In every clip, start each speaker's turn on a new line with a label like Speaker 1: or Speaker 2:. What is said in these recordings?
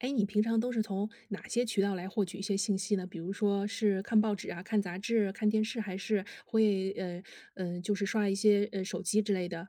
Speaker 1: 哎，你平常都是从哪些渠道来获取一些信息呢？比如说是看报纸啊、看杂志、看电视，还是会就是刷一些手机之类的？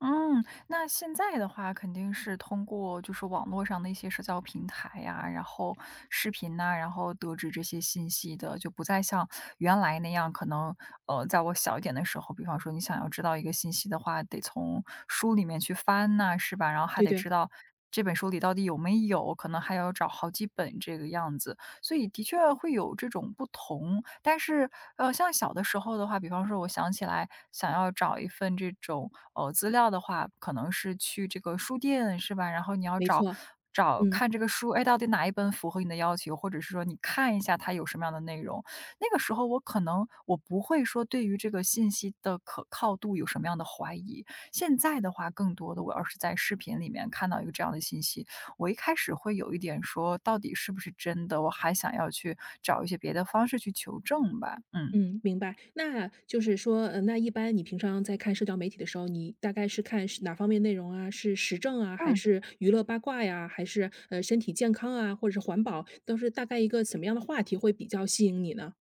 Speaker 2: 嗯，那现在的话肯定是通过就是网络上的一些社交平台呀，然后视频呐，然后得知这些信息的，就不再像原来那样，可能在我小一点的时候，比方说你想要知道一个信息的话，得从书里面去翻呐，是吧？然后还
Speaker 1: 对
Speaker 2: 得知
Speaker 1: 对，
Speaker 2: 道这本书里到底有没有，可能还要找好几本这个样子。所以的确会有这种不同。但是，像小的时候的话，比方说我想起来想要找一份这种，资料的话，可能是去这个书店，是吧？然后你要
Speaker 1: 没
Speaker 2: 找
Speaker 1: 错，
Speaker 2: 找
Speaker 1: 嗯
Speaker 2: 看这个书，哎，到底哪一本符合你的要求，或者是说你看一下它有什么样的内容。那个时候我可能不会说对于这个信息的可靠度有什么样的怀疑。现在的话，更多的我要是在视频里面看到一个这样的信息，我一开始会有一点说，到底是不是真的，我还想要去找一些别的方式去求证吧。嗯。
Speaker 1: 嗯，明白。那就是说，那一般你平常在看社交媒体的时候，你大概是看是哪方面内容啊？是时政啊，还
Speaker 2: 嗯，
Speaker 1: 是娱乐八卦呀，还是身体健康啊，或者是环保？都是大概一个什么样的话题会比较吸引你呢？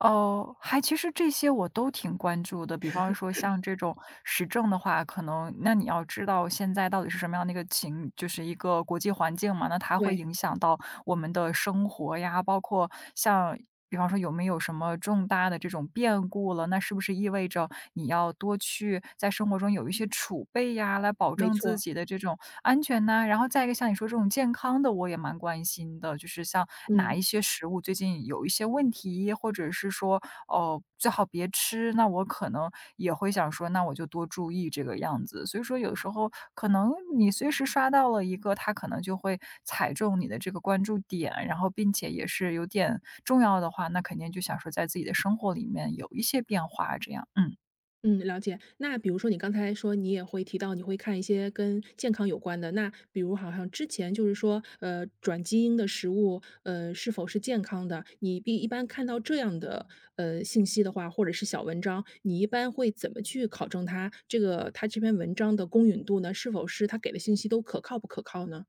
Speaker 2: 哦，还其实这些我都挺关注的，比方说像这种时政的话，可能那你要知道现在到底是什么样的一个情就是一个国际环境嘛，那它会
Speaker 1: 对，
Speaker 2: 影响到我们的生活呀，包括像比方说有没有什么重大的这种变故了，那是不是意味着你要多去在生活中有一些储备呀，来保
Speaker 1: 没
Speaker 2: 证自
Speaker 1: 错，
Speaker 2: 己的这种安全呐。然后再一个像你说这种健康的，我也蛮关心的，就是像哪
Speaker 1: 嗯。
Speaker 2: 一些食物最近有一些问题，或者是说哦，最好别吃，那我可能也会想说，那我就多注意这个样子。所以说有时候可能你随时刷到了一个，他可能就会踩中你的这个关注点，然后并且也是有点重要的话，那肯定就想说在自己的生活里面有一些变化这样，嗯。
Speaker 1: 嗯，了解。那比如说你刚才说你也会提到你会看一些跟健康有关的，那比如好像之前就是说，转基因的食物，是否是健康的？你必一般看到这样的信息的话，或者是小文章，你一般会怎么去考证它这篇文章的公允度呢？是否是它给的信息都可靠不可靠呢？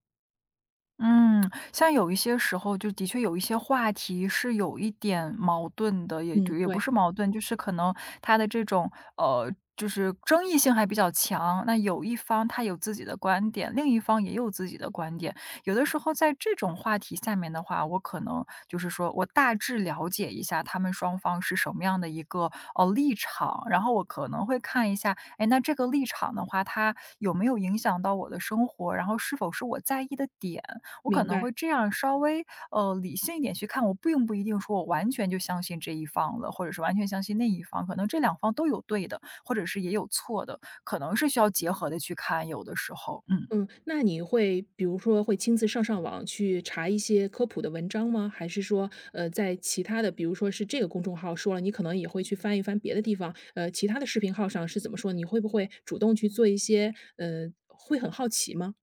Speaker 2: 嗯，像有一些时候就的确有一些话题是有一点矛盾的，
Speaker 1: 嗯，
Speaker 2: 也不
Speaker 1: 对，
Speaker 2: 是矛盾，就是可能它的这种就是争议性还比较强。那有一方他有自己的观点，另一方也有自己的观点。有的时候在这种话题下面的话，我可能就是说我大致了解一下他们双方是什么样的一个立场，然后我可能会看一下，哎，那这个立场的话，它有没有影响到我的生活，然后是否是我在意的点。我可
Speaker 1: 明
Speaker 2: 能会
Speaker 1: 白。
Speaker 2: 这样稍微理性一点去看，我并不一定说我完全就相信这一方了，或者是完全相信那一方，可能这两方都有对的，或者是也有错的，可能是需要结合的去看，有的时候，嗯。
Speaker 1: 嗯，那你会比如说会亲自上网去查一些科普的文章吗？还是说，在其他的，比如说是这个公众号说了，你可能也会去翻一翻别的地方，其他的视频号上是怎么说？你会不会主动去做一些，会很好奇吗？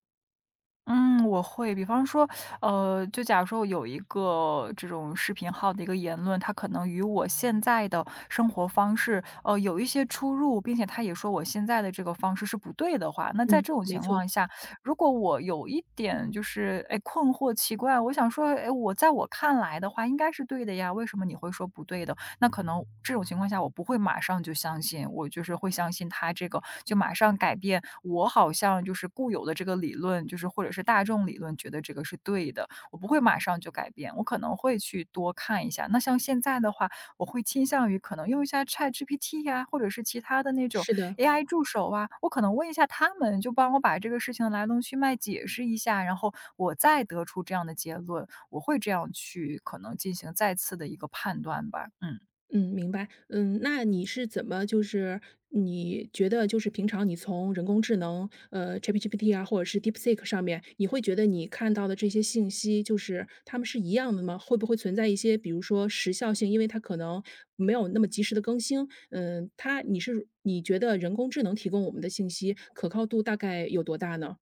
Speaker 2: 嗯，我会，比方说，就假如说有一个这种视频号的一个言论，它可能与我现在的生活方式，有一些出入，并且他也说我现在的这个方式是不对的话，那在
Speaker 1: 嗯，
Speaker 2: 这种
Speaker 1: 没
Speaker 2: 情
Speaker 1: 错，
Speaker 2: 况下，如果我有一点就是哎困惑、奇怪，我想说，哎，我在我看来的话应该是对的呀，为什么你会说不对的？那可能这种情况下，我不会马上就相信，我就是会相信他这个就马上改变我好像就是固有的这个理论，或者是大众理论觉得这个是对的，我不会马上就改变，我可能会去多看一下。那像现在的话，我会倾向于可能用一下 ChatGPT 呀、或者是其他的那种
Speaker 1: 是的。
Speaker 2: AI 助手啊，我可能问一下他们，就帮我把这个事情的来龙去脉解释一下，然后我再得出这样的结论，我会这样去可能进行再次的一个判断吧。嗯。
Speaker 1: 嗯，明白。嗯，那你是怎么你觉得就是平常你从人工智能，ChatGPT 啊，或者是 DeepSeek 上面，你会觉得你看到的这些信息，就是它们是一样的吗？会不会存在一些比如说时效性，因为它可能没有那么及时的更新，嗯，它你是你觉得人工智能提供我们的信息可靠度大概有多大呢？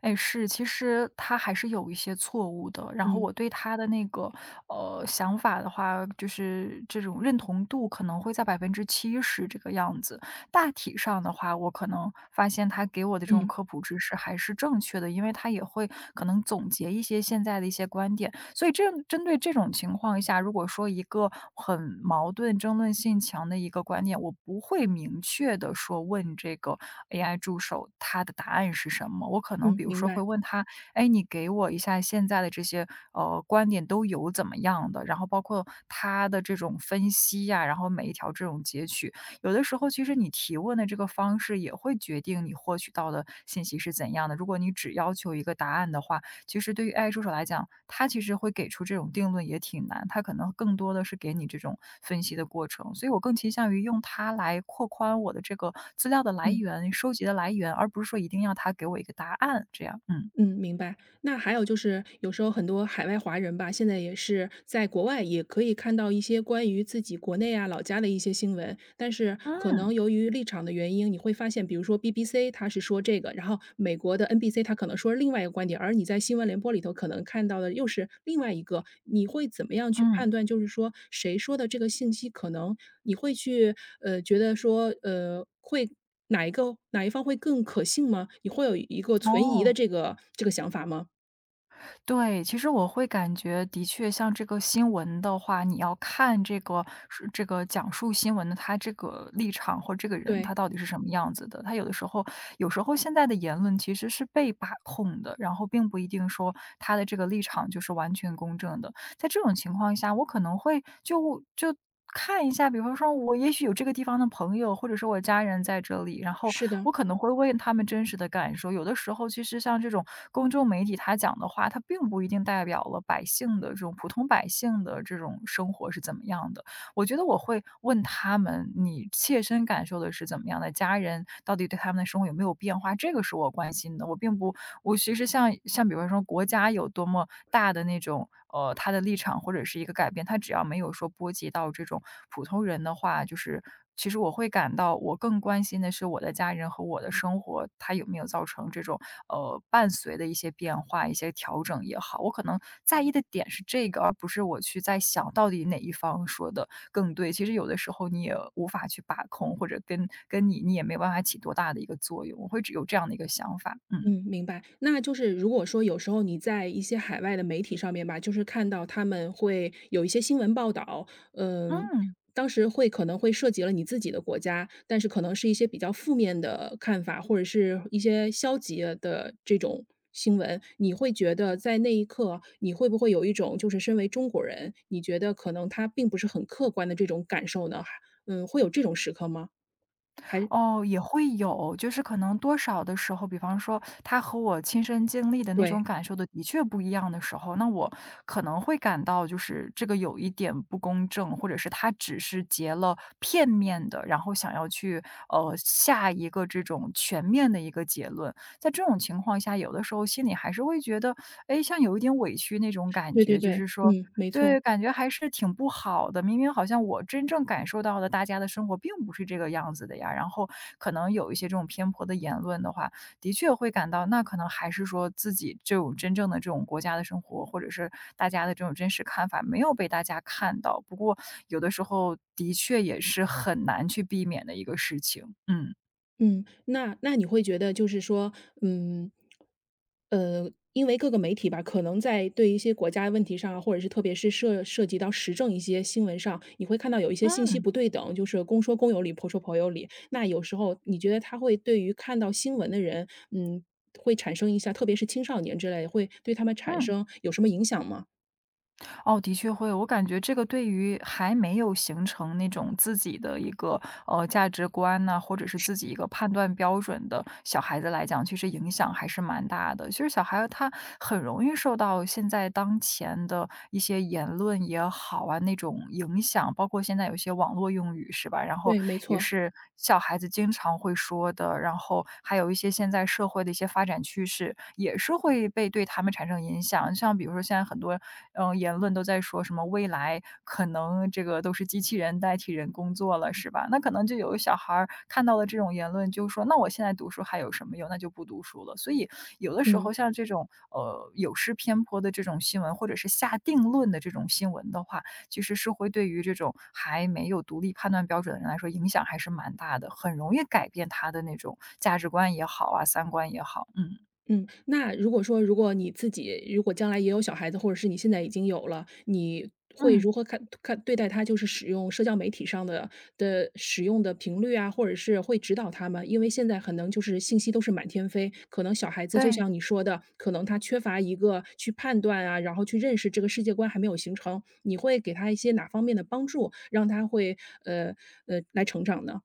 Speaker 2: 哎，是，其实他还是有一些错误的。然后
Speaker 1: 嗯，
Speaker 2: 我对他的那个想法的话，就是这种认同度可能会在70%这个样子。大体上的话，我可能发现他给我的这种
Speaker 1: 嗯，
Speaker 2: 科普知识还是正确的，因为他也会可能总结一些现在的一些观点。所以这针对这种情况下，如果说一个很矛盾、争论性强的一个观点，我不会明确的说问这个 AI 助手它的答案是什么。我可能比
Speaker 1: 嗯，
Speaker 2: 如
Speaker 1: 明
Speaker 2: 说会
Speaker 1: 白，
Speaker 2: 问他，哎，你给我一下现在的这些观点都有怎么样的，然后包括他的这种分析呀、然后每一条这种截取，有的时候其实你提问的这个方式也会决定你获取到的信息是怎样的。如果你只要求一个答案的话，其实对于 AI 助手来讲，它其实会给出这种定论也挺难，它可能更多的是给你这种分析的过程。所以我更倾向于用它来扩宽我的这个资料的来
Speaker 1: 嗯，
Speaker 2: 源、收集的来源，而不是说一定要它给我一个答案这样。嗯，
Speaker 1: 嗯，明白。那还有就是有时候很多海外华人吧，现在也是在国外也可以看到一些关于自己国内啊、老家的一些新闻，但是可
Speaker 2: 嗯，
Speaker 1: 能由于立场的原因，你会发现，比如说 BBC 它是说这个，然后美国的 NBC 它可能说另外一个观点，而你在新闻联播里头可能看到的又是另外一个，你会怎么样去
Speaker 2: 嗯，
Speaker 1: 判断？就是说谁说的这个信息，可能你会去觉得说会。哪一个哪一方会更可信吗？你会有一个存疑的
Speaker 2: 哦。
Speaker 1: 这个想法吗？
Speaker 2: 对，其实我会感觉的确像这个新闻的话，你要看这个是这个讲述新闻的他这个立场或这个人他
Speaker 1: 对，
Speaker 2: 到底是什么样子的。他有的时候有时候现在的言论其实是被把控的，然后并不一定说他的这个立场就是完全公正的。在这种情况下，我可能会就看一下，比方说我也许有这个地方的朋友，或者说我家人在这里，然后
Speaker 1: 是
Speaker 2: 我
Speaker 1: 的，
Speaker 2: 可能会问他们真实的感受。有的时候，其实像这种公众媒体他讲的话，它并不一定代表了百姓的这种普通百姓的这种生活是怎么样的。我觉得我会问他们，你切身感受的是怎么样的？家人到底对他们的生活有没有变化？这个是我关心的。我并不我其实像比方说国家有多么大的那种，他的立场或者是一个改变，他只要没有说波及到这种普通人的话，就是其实我会感到我更关心的是我的家人和我的生活，他有没有造成这种，伴随的一些变化、一些调整也好，我可能在意的点是这个，而不是我去在想到底哪一方说的更对。其实有的时候你也无法去把控，或者跟你也没有办法起多大的一个作用，我会只有这样的一个想法，嗯。
Speaker 1: 嗯，明白。那就是如果说有时候你在一些海外的媒体上面吧，就是看到他们会有一些新闻报道，嗯，
Speaker 2: 嗯，
Speaker 1: 当时会可能会涉及了你自己的国家，但是可能是一些比较负面的看法，或者是一些消极的这种新闻，你会觉得在那一刻，你会不会有一种就是身为中国人，你觉得可能他并不是很客观的这种感受呢？嗯，会有这种时刻吗？还
Speaker 2: 哦，也会有，就是可能多少的时候，比方说他和我亲身经历的那
Speaker 1: 对，
Speaker 2: 种感受的的确不一样的时候，那我可能会感到就是这个有一点不公正，或者是他只是截了片面的，然后想要去下一个这种全面的一个结论。在这种情况下，有的时候心里还是会觉得，哎，像有一点委屈那种感
Speaker 1: 对
Speaker 2: 觉，
Speaker 1: 对
Speaker 2: 就是
Speaker 1: 对，
Speaker 2: 说
Speaker 1: 嗯，没
Speaker 2: 对，
Speaker 1: 错。
Speaker 2: 感觉还是挺不好的。明明好像我真正感受到的大家的生活并不是这个样子的呀，然后可能有一些这种偏颇的言论的话，的确会感到那可能还是说自己这种真正的这种国家的生活，或者是大家的这种真实看法没有被大家看到。不过有的时候的确也是很难去避免的一个事情。嗯，
Speaker 1: 嗯，那那你会觉得就是说，嗯，因为各个媒体吧，可能在对一些国家问题上啊，或者是特别是涉及到时政一些新闻上，你会看到有一些信息
Speaker 2: 嗯，
Speaker 1: 不对等，就是公说公有理，婆说婆有理。那有时候你觉得他会对于看到新闻的人，嗯，会产生一下，特别是青少年之类，会对他们产
Speaker 2: 嗯。
Speaker 1: 生有什么影响吗？
Speaker 2: 哦，的确会有我感觉这个对于还没有形成那种自己的一个价值观呐、或者是自己一个判断标准的小孩子来讲，其实影响还是蛮大的。其实小孩他很容易受到现在当前的一些言论也好啊那种影响，包括现在有些网络用语是吧？然后
Speaker 1: 对，没
Speaker 2: 也
Speaker 1: 错，
Speaker 2: 是小孩子经常会说的，然后还有一些现在社会的一些发展趋势，也是会被对他们产生影响。像比如说现在很多嗯，言论都在说什么未来可能这个都是机器人代替人工作了，是吧？那可能就有小孩儿看到了这种言论，就说：“那我现在读书还有什么用？那就不读书了。”所以有的时
Speaker 1: 嗯。
Speaker 2: 候像这种有失偏颇的这种新闻，或者是下定论的这种新闻的话，其实是会对于这种还没有独立判断标准的人来说，影响还是蛮大的，很容易改变他的那种价值观也好啊，三观也好。嗯
Speaker 1: 嗯，那如果说如果你自己如果将来也有小孩子，或者是你现在已经有了，你会
Speaker 2: 嗯，
Speaker 1: 如何看对待他就是使用社交媒体上的的使用的频率啊，或者是会指导他们？因为现在可能就是信息都是满天飞，可能小孩子就
Speaker 2: 对。
Speaker 1: 像你说的，可能他缺乏一个去判断啊，然后去认识这个世界观还没有形成，你会给他一些哪方面的帮助，让他会呃来成长呢？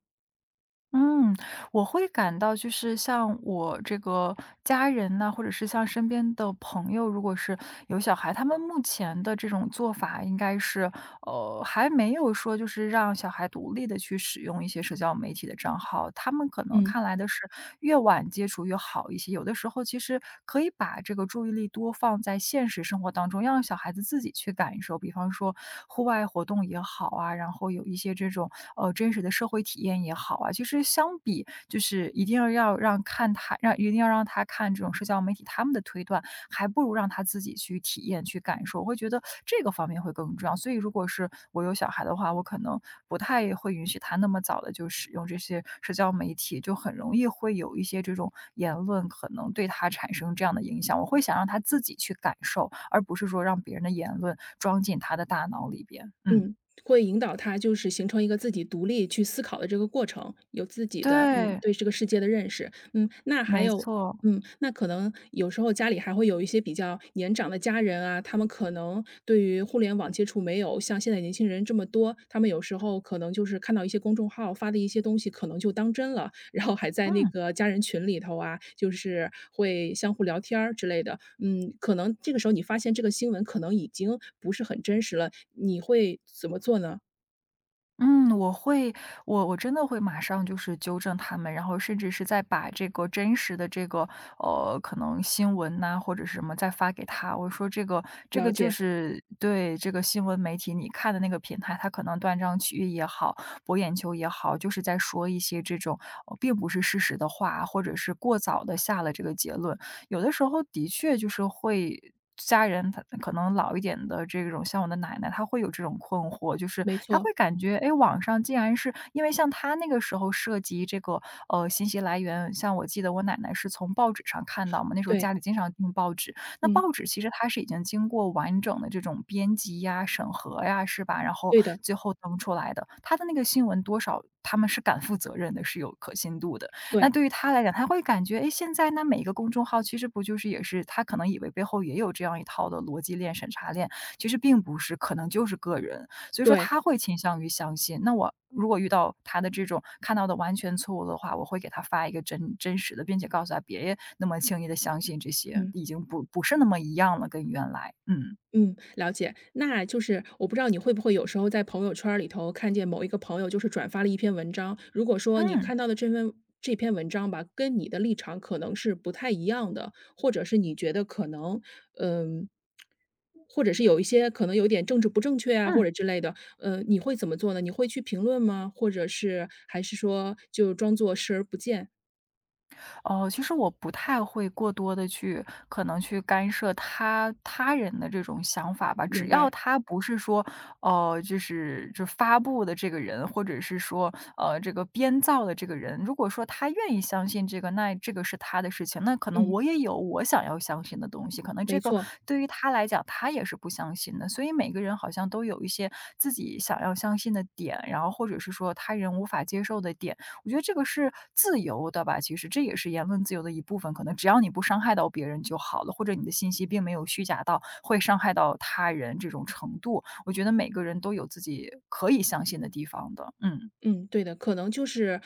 Speaker 2: 嗯，我会感到就是像我这个家人呐，或者是像身边的朋友，如果是有小孩，他们目前的这种做法应该是，还没有说就是让小孩独立的去使用一些社交媒体的账号，他们可能
Speaker 1: 嗯。
Speaker 2: 看来的是越晚接触越好一些。有的时候其实可以把这个注意力多放在现实生活当中，让小孩子自己去感受，比方说户外活动也好啊，然后有一些这种，真实的社会体验也好啊，其实相比就是一定要让看他让一定要让他看这种社交媒体他们的推断，还不如让他自己去体验、去感受。我会觉得这个方面会更重要。所以如果是我有小孩的话，我可能不太会允许他那么早的就使用这些社交媒体，就很容易会有一些这种言论可能对他产生这样的影响。我会想让他自己去感受，而不是说让别人的言论装进他的大脑里边。嗯，
Speaker 1: 嗯，会引导他就是形成一个自己独立去思考的这个过程，有自己的，嗯，
Speaker 2: 对，
Speaker 1: 对这个世界的认识。嗯，那还
Speaker 2: 没
Speaker 1: 有
Speaker 2: 错，
Speaker 1: 嗯，那可能有时候家里还会有一些比较年长的家人啊，他们可能对于互联网接触没有像现在年轻人这么多，他们有时候可能就是看到一些公众号发的一些东西，可能就当真了，然后还在那
Speaker 2: 嗯。
Speaker 1: 个家人群里头啊，就是会相互聊天儿之类的。嗯，可能这个时候你发现这个新闻可能已经不是很真实了，你会怎么做呢？
Speaker 2: 嗯，我会，我真的会马上就是纠正他们，然后甚至是再把这个真实的可能新闻呐、或者是什么再发给他。我说这个这
Speaker 1: 了
Speaker 2: 个就
Speaker 1: 解，
Speaker 2: 是对这个新闻媒体你看的那个平台，他可能断章取义也好，博眼球也好，就是在说一些这种、并不是事实的话，或者是过早的下了这个结论。有的时候的确就是会家人他可能老一点的这种像我的奶奶，她会有这种困惑，就是
Speaker 1: 没
Speaker 2: 她会
Speaker 1: 错，
Speaker 2: 感觉，哎，网上竟然是因为像她那个时候涉及这个，信息来源，像我记得我奶奶是从报纸上看到嘛，那时候家
Speaker 1: 对，
Speaker 2: 里经常订报纸，那
Speaker 1: 嗯，
Speaker 2: 报纸其实它是已经经过完整的这种编辑呀、审核呀，是吧？然后
Speaker 1: 对的，
Speaker 2: 最后登出来的，它的那个新闻多少他们是敢负责任的，是有可信度的。那
Speaker 1: 对
Speaker 2: 对于他来讲，他会感觉，哎，现在那每一个公众号其实不就是也是他可能以为背后也有这样一套的逻辑链、审查链，其实并不是，可能就是个人。所以说
Speaker 1: 对，
Speaker 2: 他会倾向于相信，那我如果遇到他的这种看到的完全错误的话，我会给他发一个真真实的，并且告诉他别那么轻易的相信这些，
Speaker 1: 嗯。
Speaker 2: 已经不是那么一样了，跟原来。嗯，
Speaker 1: 嗯，了解。那就是我不知道你会不会有时候在朋友圈儿里头看见某一个朋友就是转发了一篇文章，如果说你
Speaker 2: 嗯，
Speaker 1: 看到的这篇文章吧，跟你的立场可能是不太一样的，或者是你觉得可能，嗯，或者是有一些可能有点政治不正确啊，或
Speaker 2: 嗯。
Speaker 1: 者之类的，你会怎么做呢？你会去评论吗？或者是还是说就装作视而不见？
Speaker 2: 哦，其实我不太会过多的去可能去干涉他人的这种想法吧，只
Speaker 1: 明
Speaker 2: 要
Speaker 1: 白，
Speaker 2: 他不是说，就是就发布的这个人，或者是说，这个编造的这个人，如果说他愿意相信这个，那这个是他的事情，那可能
Speaker 1: 嗯，
Speaker 2: 我也有我想要相信的东西，可能这
Speaker 1: 没
Speaker 2: 个
Speaker 1: 错。
Speaker 2: 对于他来讲，他也是不相信的，所以每个人好像都有一些自己想要相信的点，然后或者是说他人无法接受的点。我觉得这个是自由的吧，其实这也是言论自由的一部分，可能只要你不伤害到别人就好了，或者你的信息并没有虚假到会伤害到他人这种程度。我觉得每个人都有自己可以相信的地方的，嗯，
Speaker 1: 嗯，对的，可能就是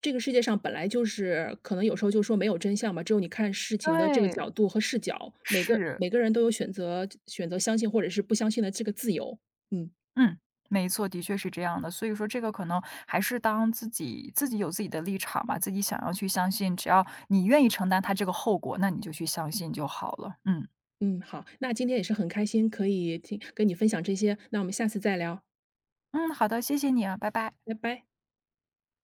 Speaker 1: 这个世界上本来就是可能有时候就说没有真相嘛，只有你看事情的这个
Speaker 2: 对，
Speaker 1: 角度和视角，每个
Speaker 2: 是，
Speaker 1: 每个人都有选择相信或者是不相信的这个自由。嗯
Speaker 2: 嗯，没错，的确是这样的。所以说这个可能还是当自己有自己的立场吧，自己想要去相信，只要你愿意承担他这个后果，那你就去相信就好了。嗯
Speaker 1: 嗯，好，那今天也是很开心可以听跟你分享这些，那我们下次再聊，
Speaker 2: 嗯，好的，谢谢你啊，拜拜。
Speaker 1: 拜拜。